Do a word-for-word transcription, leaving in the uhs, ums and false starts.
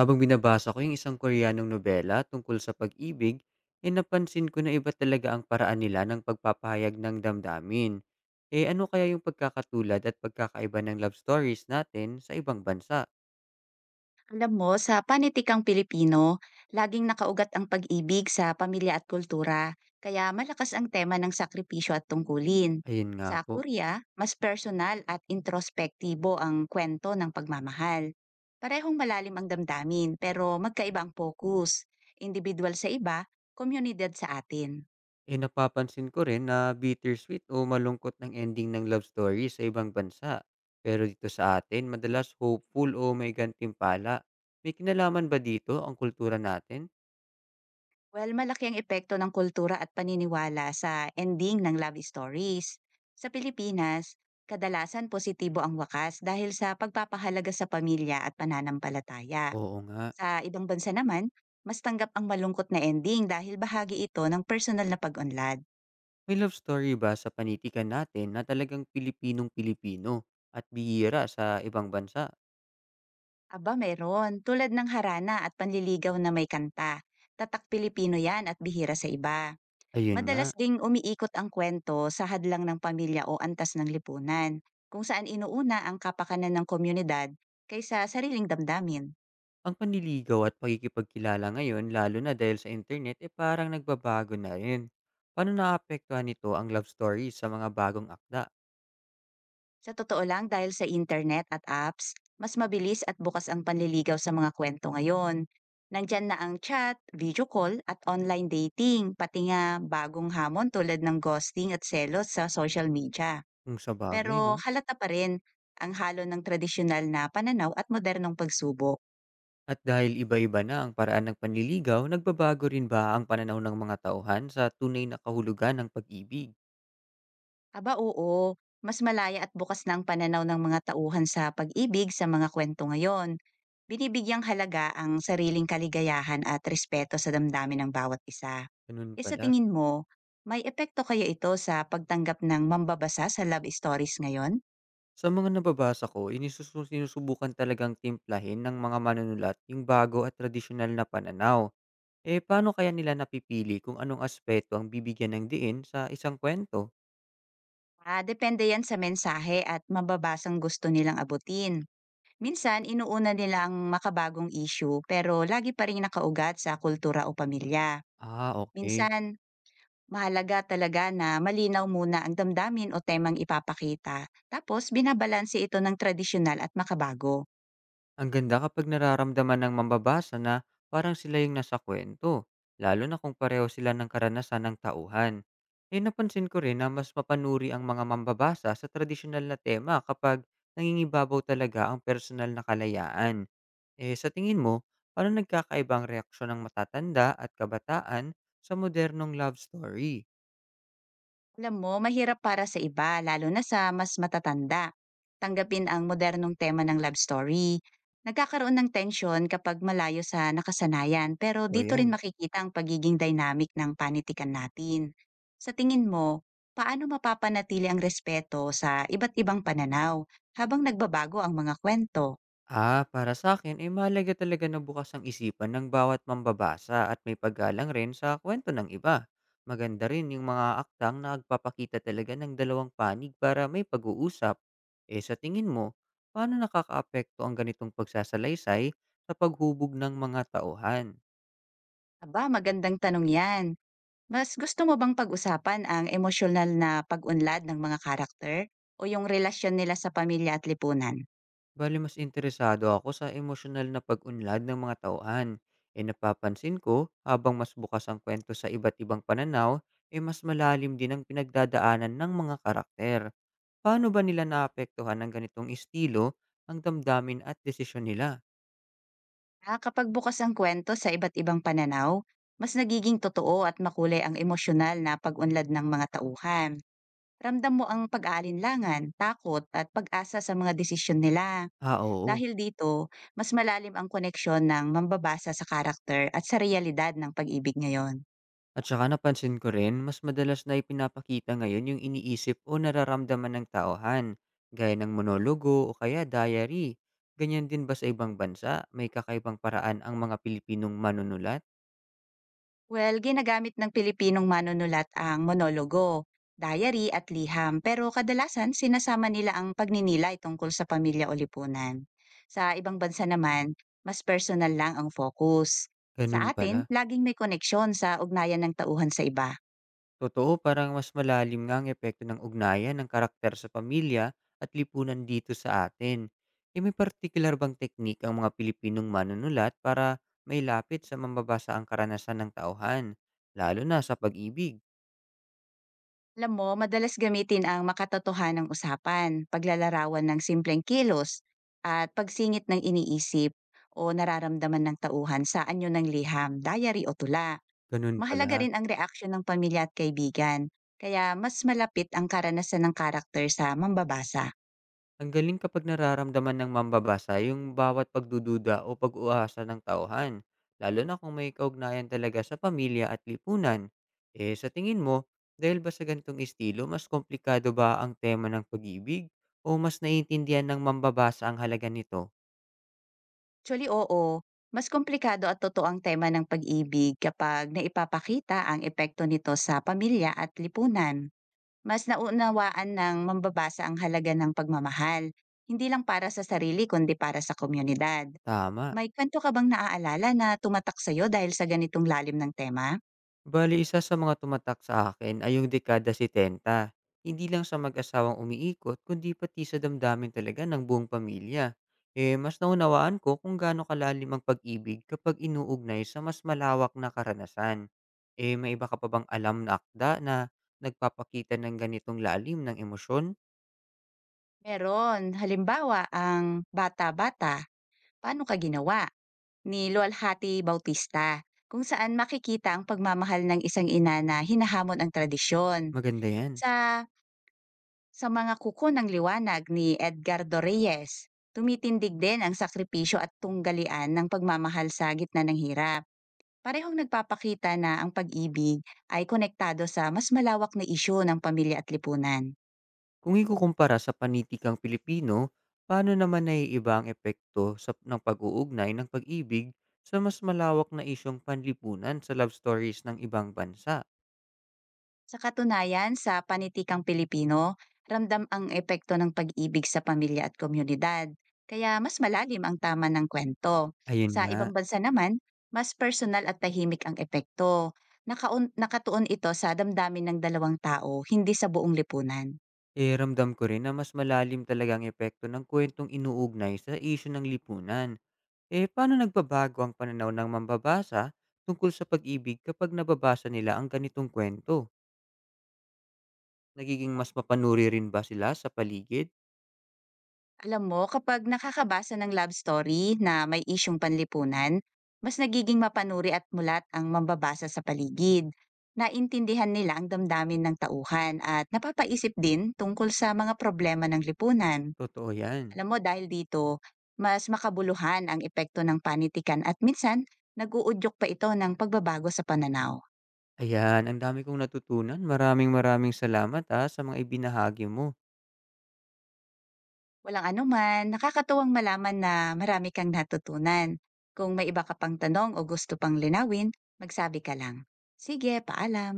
Habang binabasa ko yung isang Koreanong nobela tungkol sa pag-ibig, eh napansin ko na iba talaga ang paraan nila ng pagpapahayag ng damdamin. Eh ano kaya yung pagkakatulad at pagkakaiba ng love stories natin sa ibang bansa? Alam mo, sa panitikang Pilipino, laging nakaugat ang pag-ibig sa pamilya at kultura, kaya malakas ang tema ng sakripisyo at tungkulin. Ayun nga Sa po. Korea, mas personal at introspektibo ang kwento ng pagmamahal. Parehong malalim ang damdamin pero magkaibang focus. Individual sa iba, komunidad sa atin. Eh napapansin ko rin na bittersweet o malungkot ng ending ng love story sa ibang bansa. Pero dito sa atin, madalas hopeful o may gantimpala. May kinalaman ba dito ang kultura natin? Well, malaki ang epekto ng kultura at paniniwala sa ending ng love stories. Sa Pilipinas, kadalasan positibo ang wakas dahil sa pagpapahalaga sa pamilya at pananampalataya. Oo nga. Sa ibang bansa naman, mas tanggap ang malungkot na ending dahil bahagi ito ng personal na pag-unlad. May love story ba sa panitikan natin na talagang Pilipinong-Pilipino at bihira sa ibang bansa? Aba meron, tulad ng harana at panliligaw na may kanta. Tatak Pilipino yan at bihira sa iba. Ayun Madalas nga, ding umiikot ang kwento sa hadlang ng pamilya o antas ng lipunan, kung saan inuuna ang kapakanan ng komunidad kaysa sariling damdamin. ang panliligaw at pakikipagkilala ngayon lalo na dahil sa internet eh parang nagbabago na rin. Paano naapektuhan nito ang love story sa mga bagong akda? Sa totoo lang dahil sa internet at apps, mas mabilis at bukas ang panliligaw sa mga kwento ngayon. Nandyan na ang chat, video call at online dating, pati nga bagong hamon tulad ng ghosting at selos sa social media. Kung sabagay 'no? Pero halata pa rin ang halo ng tradisyonal na pananaw at modernong pagsubok. At dahil iba-iba na ang paraan ng panliligaw, nagbabago rin ba ang pananaw ng mga tauhan sa tunay na kahulugan ng pag-ibig? Aba oo, mas malaya at bukas na ang pananaw ng mga tauhan sa pag-ibig sa mga kwento ngayon. Binibigyang halaga ang sariling kaligayahan at respeto sa damdamin ng bawat isa. Ganun E sa pala. tingin mo, may epekto kaya ito sa pagtanggap ng mambabasa sa love stories ngayon? Sa mga nababasa ko, inisusu sinusubukan talagang timplahin ng mga manunulat yung bago at tradisyonal na pananaw. Eh, paano kaya nila napipili kung anong aspeto ang bibigyan ng diin sa isang kwento? Ah, depende yan sa mensahe at mababasang gusto nilang abutin. Minsan, inuuna nila ang makabagong issue pero lagi pa rin nakaugat sa kultura o pamilya. Ah, okay. Minsan, mahalaga talaga na malinaw muna ang damdamin o temang ipapakita. Tapos binabalanse ito ng tradisyonal at makabago. Ang ganda kapag nararamdaman ng mambabasa na parang sila yung nasa kwento, lalo na kung pareho sila ng karanasan ng tauhan. Eh, napansin ko rin na mas mapanuri ang mga mambabasa sa tradisyonal na tema kapag nangingibabaw talaga ang personal na kalayaan. Eh, sa tingin mo, paano nagkakaibang reaksyon ng matatanda at kabataan sa modernong love story? Alam mo, mahirap para sa iba, lalo na sa mas matatanda. Tanggapin ang modernong tema ng love story. Nagkakaroon ng tension kapag malayo sa nakasanayan, pero Totoo dito yan. rin makikita ang pagiging dynamic ng panitikan natin. Sa tingin mo, paano mapapanatili ang respeto sa iba't ibang pananaw habang nagbabago ang mga kwento? Ah, para sa akin, eh, mahalaga talaga na bukas ang isipan ng bawat mambabasa at may paggalang rin sa kwento ng iba. Maganda rin yung mga aktang na nagpapakita talaga ng dalawang panig para may pag-uusap. Eh, sa tingin mo, paano nakakaapekto ang ganitong pagsasalaysay sa paghubog ng mga tauhan? Aba, magandang tanong yan. Mas gusto mo bang pag-usapan ang emosyonal na pag-unlad ng mga karakter o yung relasyon nila sa pamilya at lipunan? Bali mas interesado ako sa emosyonal na pag-unlad ng mga tauhan. E napapansin ko, habang mas bukas ang kwento sa iba't ibang pananaw, e mas malalim din ang pinagdadaanan ng mga karakter. Paano ba nila naapektuhan ng ganitong estilo ang damdamin at desisyon nila? Ah, kapag bukas ang kwento sa iba't ibang pananaw, mas nagiging totoo at makulay ang emosyonal na pag-unlad ng mga tauhan. Ramdam mo ang pag-aalinlangan, takot at pag-asa sa mga desisyon nila. Ah, oo. Dahil dito, mas malalim ang koneksyon ng mambabasa sa karakter at sa realidad ng pag-ibig ngayon. At saka napansin ko rin, mas madalas na ipinapakita ngayon yung iniisip o nararamdaman ng tauhan, gaya ng monologo o kaya diary. Ganyan din ba sa ibang bansa? May kakaibang paraan ang mga Pilipinong manunulat? Well, ginagamit ng Pilipinong manunulat ang monologo, diary at liham pero kadalasan sinasama nila ang pagninilay tungkol sa pamilya o lipunan. Sa ibang bansa naman, mas personal lang ang focus. Sa Ganun pala. atin, laging may koneksyon sa ugnayan ng tauhan sa iba. Totoo, parang mas malalim nga ang epekto ng ugnayan ng karakter sa pamilya at lipunan dito sa atin. E may particular bang teknik ang mga Pilipinong manunulat para may lapit sa mambabasa ang karanasan ng tauhan, lalo na sa pag-ibig? Alam mo, madalas gamitin ang makatotohanang usapan, paglalarawan ng simpleng kilos, at pagsingit ng iniisip o nararamdaman ng tauhan sa anyo ng liham, diary o tula. Ganun Mahalaga pala. rin ang reaksyon ng pamilya at kaibigan, kaya mas malapit ang karanasan ng karakter sa mambabasa. Ang galing kapag nararamdaman ng mambabasa yung bawat pagdududa o pag-uasa ng tauhan, lalo na kung may kaugnayan talaga sa pamilya at lipunan. Eh sa tingin mo, dahil ba sa ganitong estilo, mas komplikado ba ang tema ng pag-ibig o mas naiintindihan ng mambabasa ang halaga nito? Actually, oo, mas komplikado at totoo ang tema ng pag-ibig kapag naipapakita ang epekto nito sa pamilya at lipunan. Mas naunawaan ng mambabasa ang halaga ng pagmamahal, hindi lang para sa sarili kundi para sa komunidad. Tama. May kwento ka bang naaalala na tumatak sa'yo dahil sa ganitong lalim ng tema? Bali isa sa mga tumatak sa akin ay yung dekada setenta. Hindi lang sa mag-asawang umiikot kundi pati sa damdamin talaga ng buong pamilya. Eh mas naunawaan ko kung gaano kalalim ang pag-ibig kapag inuugnay sa mas malawak na karanasan. Eh may iba ka pa bang alam na akda na nagpapakita ng ganitong lalim ng emosyon? Meron. Halimbawa, ang bata-bata, paano ka ginawa? Ni Lualhati Bautista, kung saan makikita ang pagmamahal ng isang ina na hinahamon ang tradisyon. Maganda yan. Sa sa mga kuko ng liwanag ni Edgardo Reyes, tumitindig din ang sakripisyo at tunggalian ng pagmamahal sa gitna ng hirap. Parehong nagpapakita na ang pag-ibig ay konektado sa mas malawak na isyu ng pamilya at lipunan. Kung ikukumpara sa panitikang Pilipino, paano naman naiiba ang epekto sa ng pag-uugnay ng pag-ibig sa mas malawak na isyung panlipunan sa love stories ng ibang bansa? Sa katunayan, sa panitikang Pilipino, ramdam ang epekto ng pag-ibig sa pamilya at komunidad, kaya mas malalim ang tama ng kwento. Ayun Sa nga, ibang bansa naman, mas personal at tahimik ang epekto. Nakaun- nakatuon ito sa damdamin ng dalawang tao, hindi sa buong lipunan. eh ramdam ko rin na mas malalim talaga ang epekto ng kwentong inuugnay sa isyu ng lipunan. Eh paano nagbabago ang pananaw ng mambabasa tungkol sa pag-ibig kapag nababasa nila ang ganitong kwento? Nagiging mas mapanuri rin ba sila sa paligid? Alam mo, kapag nakakabasa ng love story na may isyung panlipunan, mas nagiging mapanuri at mulat ang mambabasa sa paligid. Naintindihan nila ang damdamin ng tauhan at napapaisip din tungkol sa mga problema ng lipunan. Totoo yan. Alam mo, dahil dito, mas makabuluhan ang epekto ng panitikan at minsan, naguudyok pa ito ng pagbabago sa pananaw. Ayan, ang dami kong natutunan. Maraming maraming salamat, ah, sa mga ibinahagi mo. Walang anuman, nakakatuwang malaman na marami kang natutunan. Kung may iba ka pang tanong o gusto pang linawin, magsabi ka lang. Sige, paalam.